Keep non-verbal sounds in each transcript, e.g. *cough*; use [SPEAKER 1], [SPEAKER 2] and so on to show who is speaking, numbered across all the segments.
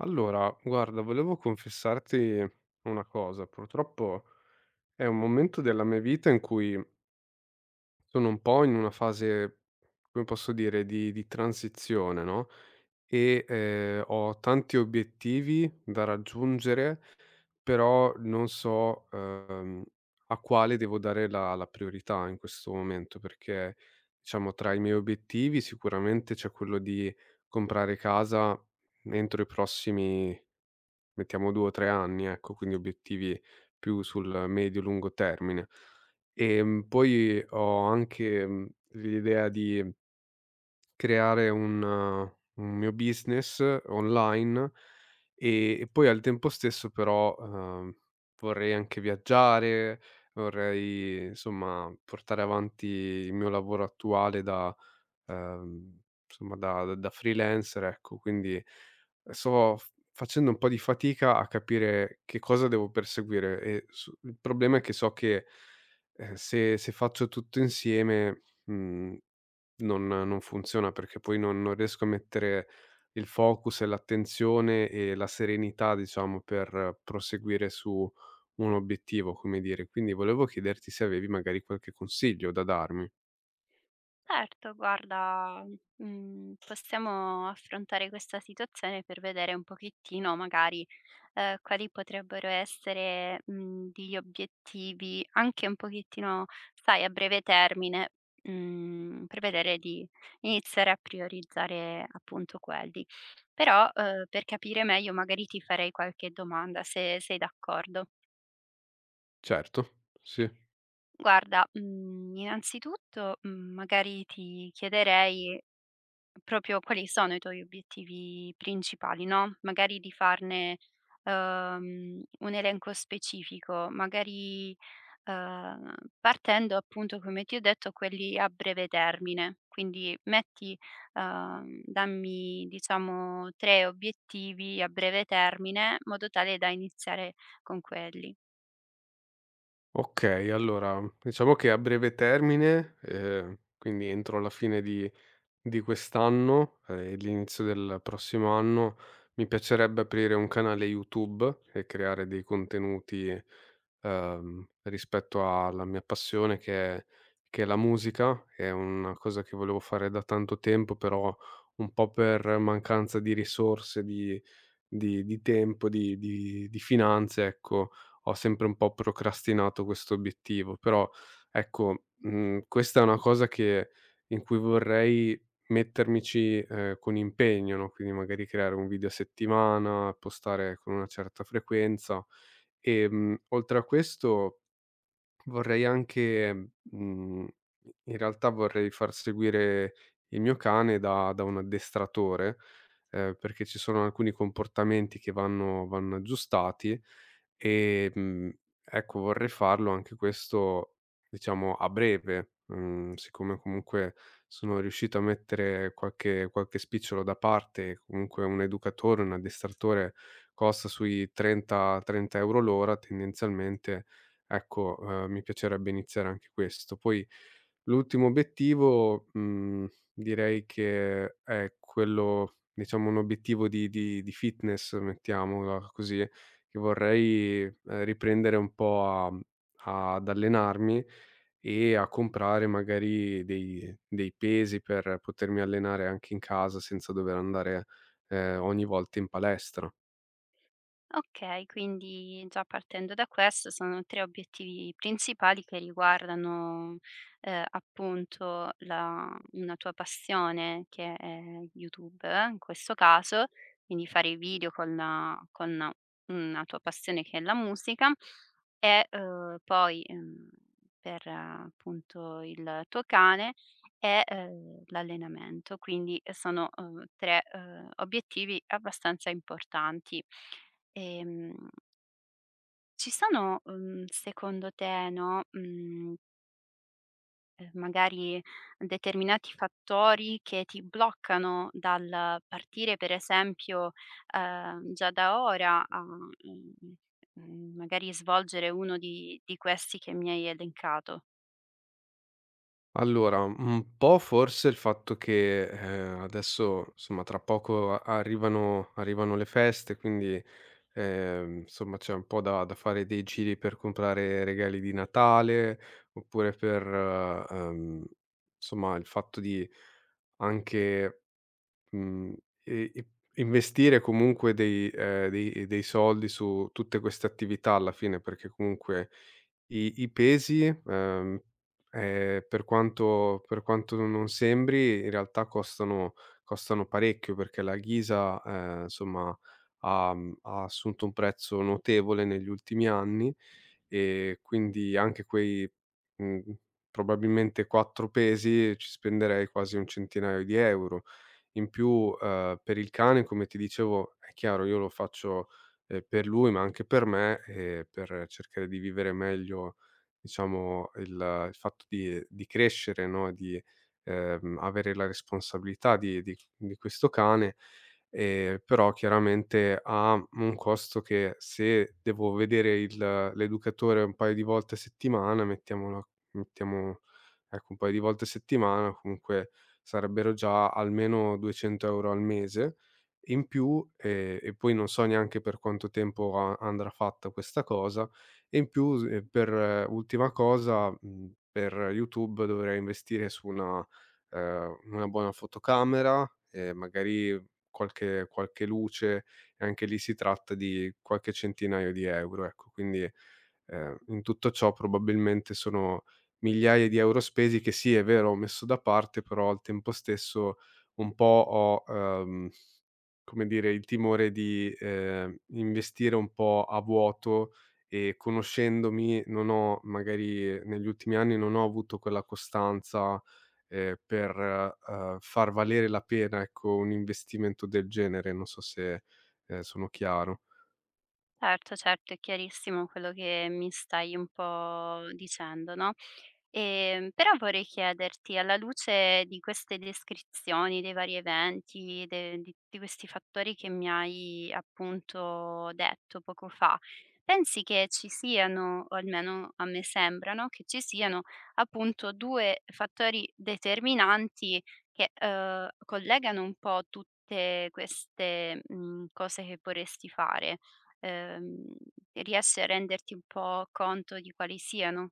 [SPEAKER 1] Allora, guarda, volevo confessarti una cosa. Purtroppo è un momento della mia vita in cui sono un po' in una fase, come posso dire, di transizione, no? Ho tanti obiettivi da raggiungere, però non so a quale devo dare la priorità in questo momento, perché diciamo tra i miei obiettivi sicuramente c'è quello di comprare casa entro i prossimi. Mettiamo 2 o 3 anni, ecco, quindi obiettivi più sul medio-lungo termine. Poi ho anche, mhmm, l'idea di creare un un mio business online e poi al tempo stesso però, vorrei anche viaggiare, vorrei insomma portare avanti il mio lavoro attuale da ehm, insomma da freelancer, ecco. Quindi sto f facendo un po' di fatica a capire che cosa devo perseguire e su il problema è che so che, se faccio tutto insieme, mhmm, non funziona perché poi non riesco a mettere il focus e l'attenzione e la serenità, diciamo, per proseguire su un obiettivo, come dire. Quindi volevo chiederti se avevi magari qualche consiglio da darmi.
[SPEAKER 2] Certo, guarda, possiamo affrontare questa situazione per vedere un pochettino magari, quali potrebbero essere, degli obiettivi anche un pochettino, sai, a breve termine, per vedere di iniziare a priorizzare appunto quelli. Però, per capire meglio magari ti farei qualche domanda se sei d'accordo.
[SPEAKER 1] Certo, sì.
[SPEAKER 2] Guarda, innanzitutto, magari ti chiederei proprio quali sono i tuoi obiettivi principali, no, magari di farne, un elenco specifico, magari, uhm, partendo appunto, come ti ho detto, quelli a breve termine. Quindi metti dammi diciamo 3 obiettivi a breve termine, in modo tale da iniziare con quelli.
[SPEAKER 1] Okay, allora diciamo che a breve termine, quindi entro la fine di quest'anno e l'inizio del prossimo anno, mi piacerebbe aprire un canale YouTube e creare dei contenuti, rispetto alla mia passione che è la musica. È una cosa che volevo fare da tanto tempo, però un po' per mancanza di risorse, di di tempo, di di finanze, ecco, ho sempre un po' procrastinato questo obiettivo, però ecco, mhmm, questa è una cosa che in cui vorrei mettermici, con impegno, no, quindi magari creare un video a settimana, postare con una certa frequenza. Oltre a questo vorrei anche, mhmm, in realtà vorrei far seguire il mio cane da un addestratore, perché ci sono alcuni comportamenti che vanno aggiustati e, mhmm, ecco, vorrei farlo anche questo, diciamo, a breve. Mhmm, siccome comunque sono riuscito a mettere qualche spicciolo da parte, comunque un educatore, un addestratore costa sui 30 € l'ora tendenzialmente. Ecco, mi piacerebbe iniziare anche questo. Poi l'ultimo obiettivo, mhmm, direi che è quello, diciamo un obiettivo di fitness, mettiamola così, che vorrei, riprendere un po' a ad allenarmi e a comprare magari dei pesi per potermi allenare anche in casa senza dover andare, ogni volta in palestra.
[SPEAKER 2] Okay, quindi già partendo da questo sono 3 obiettivi principali che riguardano, appunto la una tua passione che è YouTube in questo caso, quindi fare i video con una tua passione che è la musica e, poi, per appunto il tuo cane e, l'allenamento. Quindi sono, 3, obiettivi abbastanza importanti. Ehm, Ci sono, secondo te, no, magari determinati fattori che ti bloccano dal partire, per esempio, già da ora magari svolgere uno di questi che mi hai elencato.
[SPEAKER 1] Allora, un po' forse il fatto che, adesso insomma tra poco a arrivano arrivano le feste, quindi, insomma c'è un po' da fare dei giri per comprare regali di Natale, oppure per, insomma il fatto di anche, mhmm, e i investire comunque dei dei soldi su tutte queste attività alla fine, perché comunque i pesi, per quanto non sembri, in realtà costano parecchio, perché la ghisa, insomma ha, mhmm, ha assunto un prezzo notevole negli ultimi anni e quindi anche quei, mhmm, probabilmente 4 pesi ci spenderei quasi un centinaio di euro. In più, per il cane, come ti dicevo, è chiaro io lo faccio, per lui ma anche per me, per cercare di vivere meglio, diciamo, il fatto di crescere, no, di, avere la responsabilità di questo cane, però chiaramente ha un costo che se devo vedere il l'educatore un paio di volte a settimana, mettiamo. Ecco, un paio di volte a settimana comunque sarebbero già almeno 200 € al mese in più, e poi non so neanche per quanto tempo a andrà fatta questa cosa, e in più s per ultima cosa, mhmm, per YouTube dovrei investire su una, una buona fotocamera e magari qualche luce, e anche lì si tratta di qualche centinaio di euro, ecco. Quindi, in tutto ciò probabilmente sono migliaia di euro spesi che sì, è vero, ho messo da parte, però al tempo stesso un po' ho, come dire, il timore di, investire un po' a vuoto e, conoscendomi, non ho magari negli ultimi anni non ho avuto quella costanza, per, far valere la pena, ecco, un investimento del genere. Non so se, sono chiaro.
[SPEAKER 2] Certo, certo, è chiarissimo quello che mi stai un po' dicendo, no? Però vorrei chiederti, alla luce di queste descrizioni dei vari eventi, de di tutti questi fattori che mi hai appunto detto poco fa, pensi che ci siano, o almeno a me sembrano, che ci siano appunto 2 fattori determinanti che, collegano un po' tutte queste, cose che vorresti fare? Ehm, Riesci a renderti un po' conto di quali siano?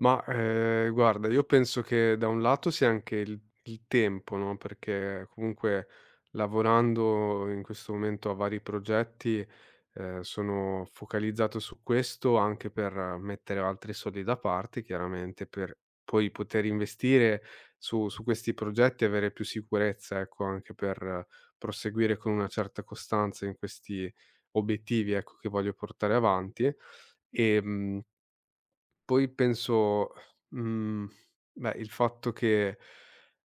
[SPEAKER 1] Ma, guarda, io penso che da un lato sia anche il tempo, no, perché comunque lavorando in questo momento a vari progetti, sono focalizzato su questo anche per mettere altri soldi da parte chiaramente, per poi poter investire su questi progetti e avere più sicurezza, ecco, anche per proseguire con una certa costanza in questi obiettivi, ecco, che voglio portare avanti. Ehm Poi penso, mhmm, beh, il fatto che,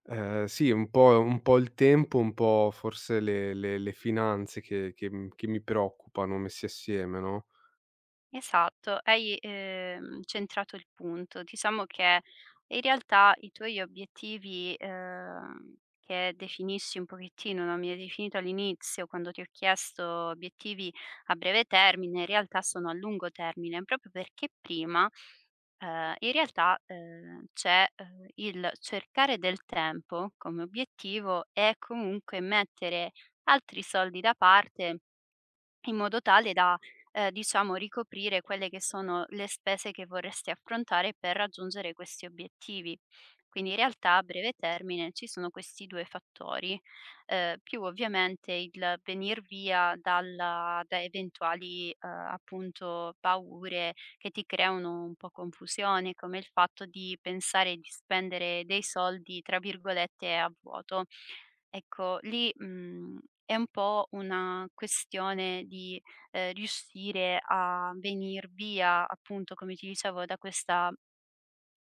[SPEAKER 1] sì, un po' il tempo, un po' forse le finanze che mi preoccupano messi assieme, no.
[SPEAKER 2] Esatto, hai, centrato il punto. Diciamo che in realtà i tuoi obiettivi, che definisci un pochettino, no, mi hai definito all'inizio quando ti ho chiesto obiettivi a breve termine, in realtà sono a lungo termine, proprio perché prima, in realtà, c'è, il cercare del tempo come obiettivo e comunque mettere altri soldi da parte in modo tale da, diciamo ricoprire quelle che sono le spese che vorresti affrontare per raggiungere questi obiettivi. Quindi in realtà a breve termine ci sono questi 2 fattori, più ovviamente il venir via dalla da eventuali, appunto paure che ti creano un po' confusione, come il fatto di pensare di spendere dei soldi, tra virgolette, "a vuoto". Ecco, lì, è un po' una questione di, riuscire a venir via, appunto, come ti dicevo, da questa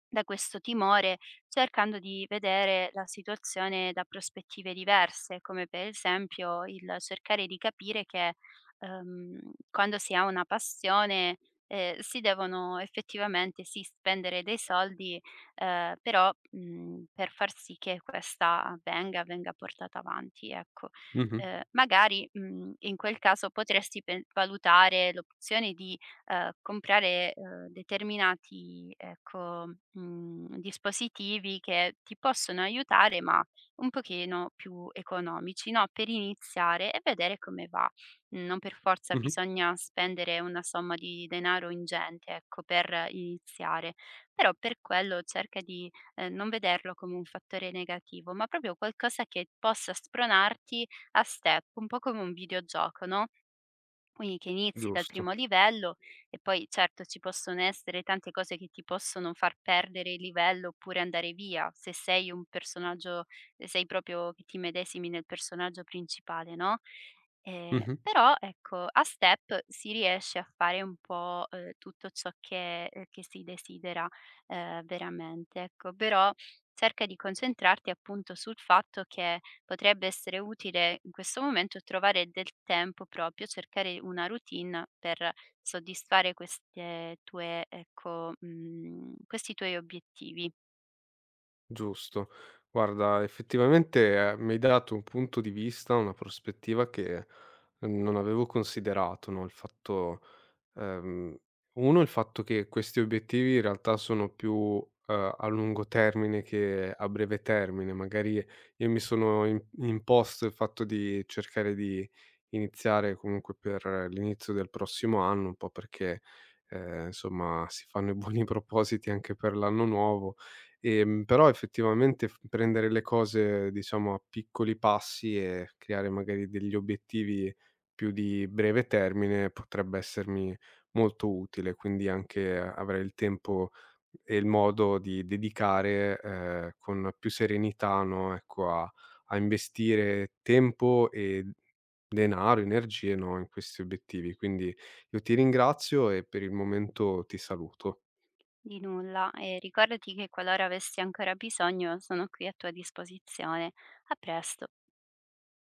[SPEAKER 2] da questo timore, cercando di vedere la situazione da prospettive diverse, come per esempio il cercare di capire che ehm, quando si ha una passione si devono effettivamente sì spendere dei soldi, però per far sì che questa avvenga, venga portata avanti. Ecco.
[SPEAKER 1] Mh-mh,
[SPEAKER 2] Magari in quel caso potresti valutare l'opzione di comprare, determinati, ecco, dispositivi che ti possono aiutare, ma un pochino più economici, no, per iniziare e vedere come va. Non per forza
[SPEAKER 1] mh-mh,
[SPEAKER 2] bisogna spendere una somma di denaro ingente, ecco, per iniziare, però per quello cerca di, non vederlo come un fattore negativo, ma proprio qualcosa che possa spronarti a step, un po' come un videogioco, no? Quindi che inizi dal
[SPEAKER 1] giusto,
[SPEAKER 2] primo livello e poi certo ci possono essere tante cose che ti possono far perdere il livello oppure andare via, se sei proprio che ti medesimi nel personaggio principale, no,
[SPEAKER 1] mh-mh,
[SPEAKER 2] però ecco, a step si riesce a fare un po', tutto ciò che si desidera, veramente, ecco. Però cerca di concentrarti appunto sul fatto che potrebbe essere utile in questo momento trovare del tempo proprio, cercare una routine per soddisfare ecco, questi tuoi obiettivi.
[SPEAKER 1] giusto. Guarda, effettivamente, mi hai dato un punto di vista, una prospettiva che non avevo considerato, no, il fatto. Ehm, 1 il fatto che questi obiettivi in realtà sono più, a lungo termine che a breve termine. Magari io mi sono im imposto il fatto di cercare di iniziare comunque per l'inizio del prossimo anno, un po' perché, insomma si fanno i buoni *laughs* propositi anche per l'anno nuovo. Però effettivamente f prendere le cose, diciamo, a piccoli passi e creare magari degli obiettivi più di breve termine potrebbe essermi molto utile, quindi anche avrai il tempo e il modo di dedicare, con più serenità, no, ecco, a a investire tempo e denaro, energie, no, in questi obiettivi. Quindi io ti ringrazio e per il momento ti saluto.
[SPEAKER 2] Di nulla e ricordati che qualora avessi ancora bisogno sono qui a tua disposizione. A presto.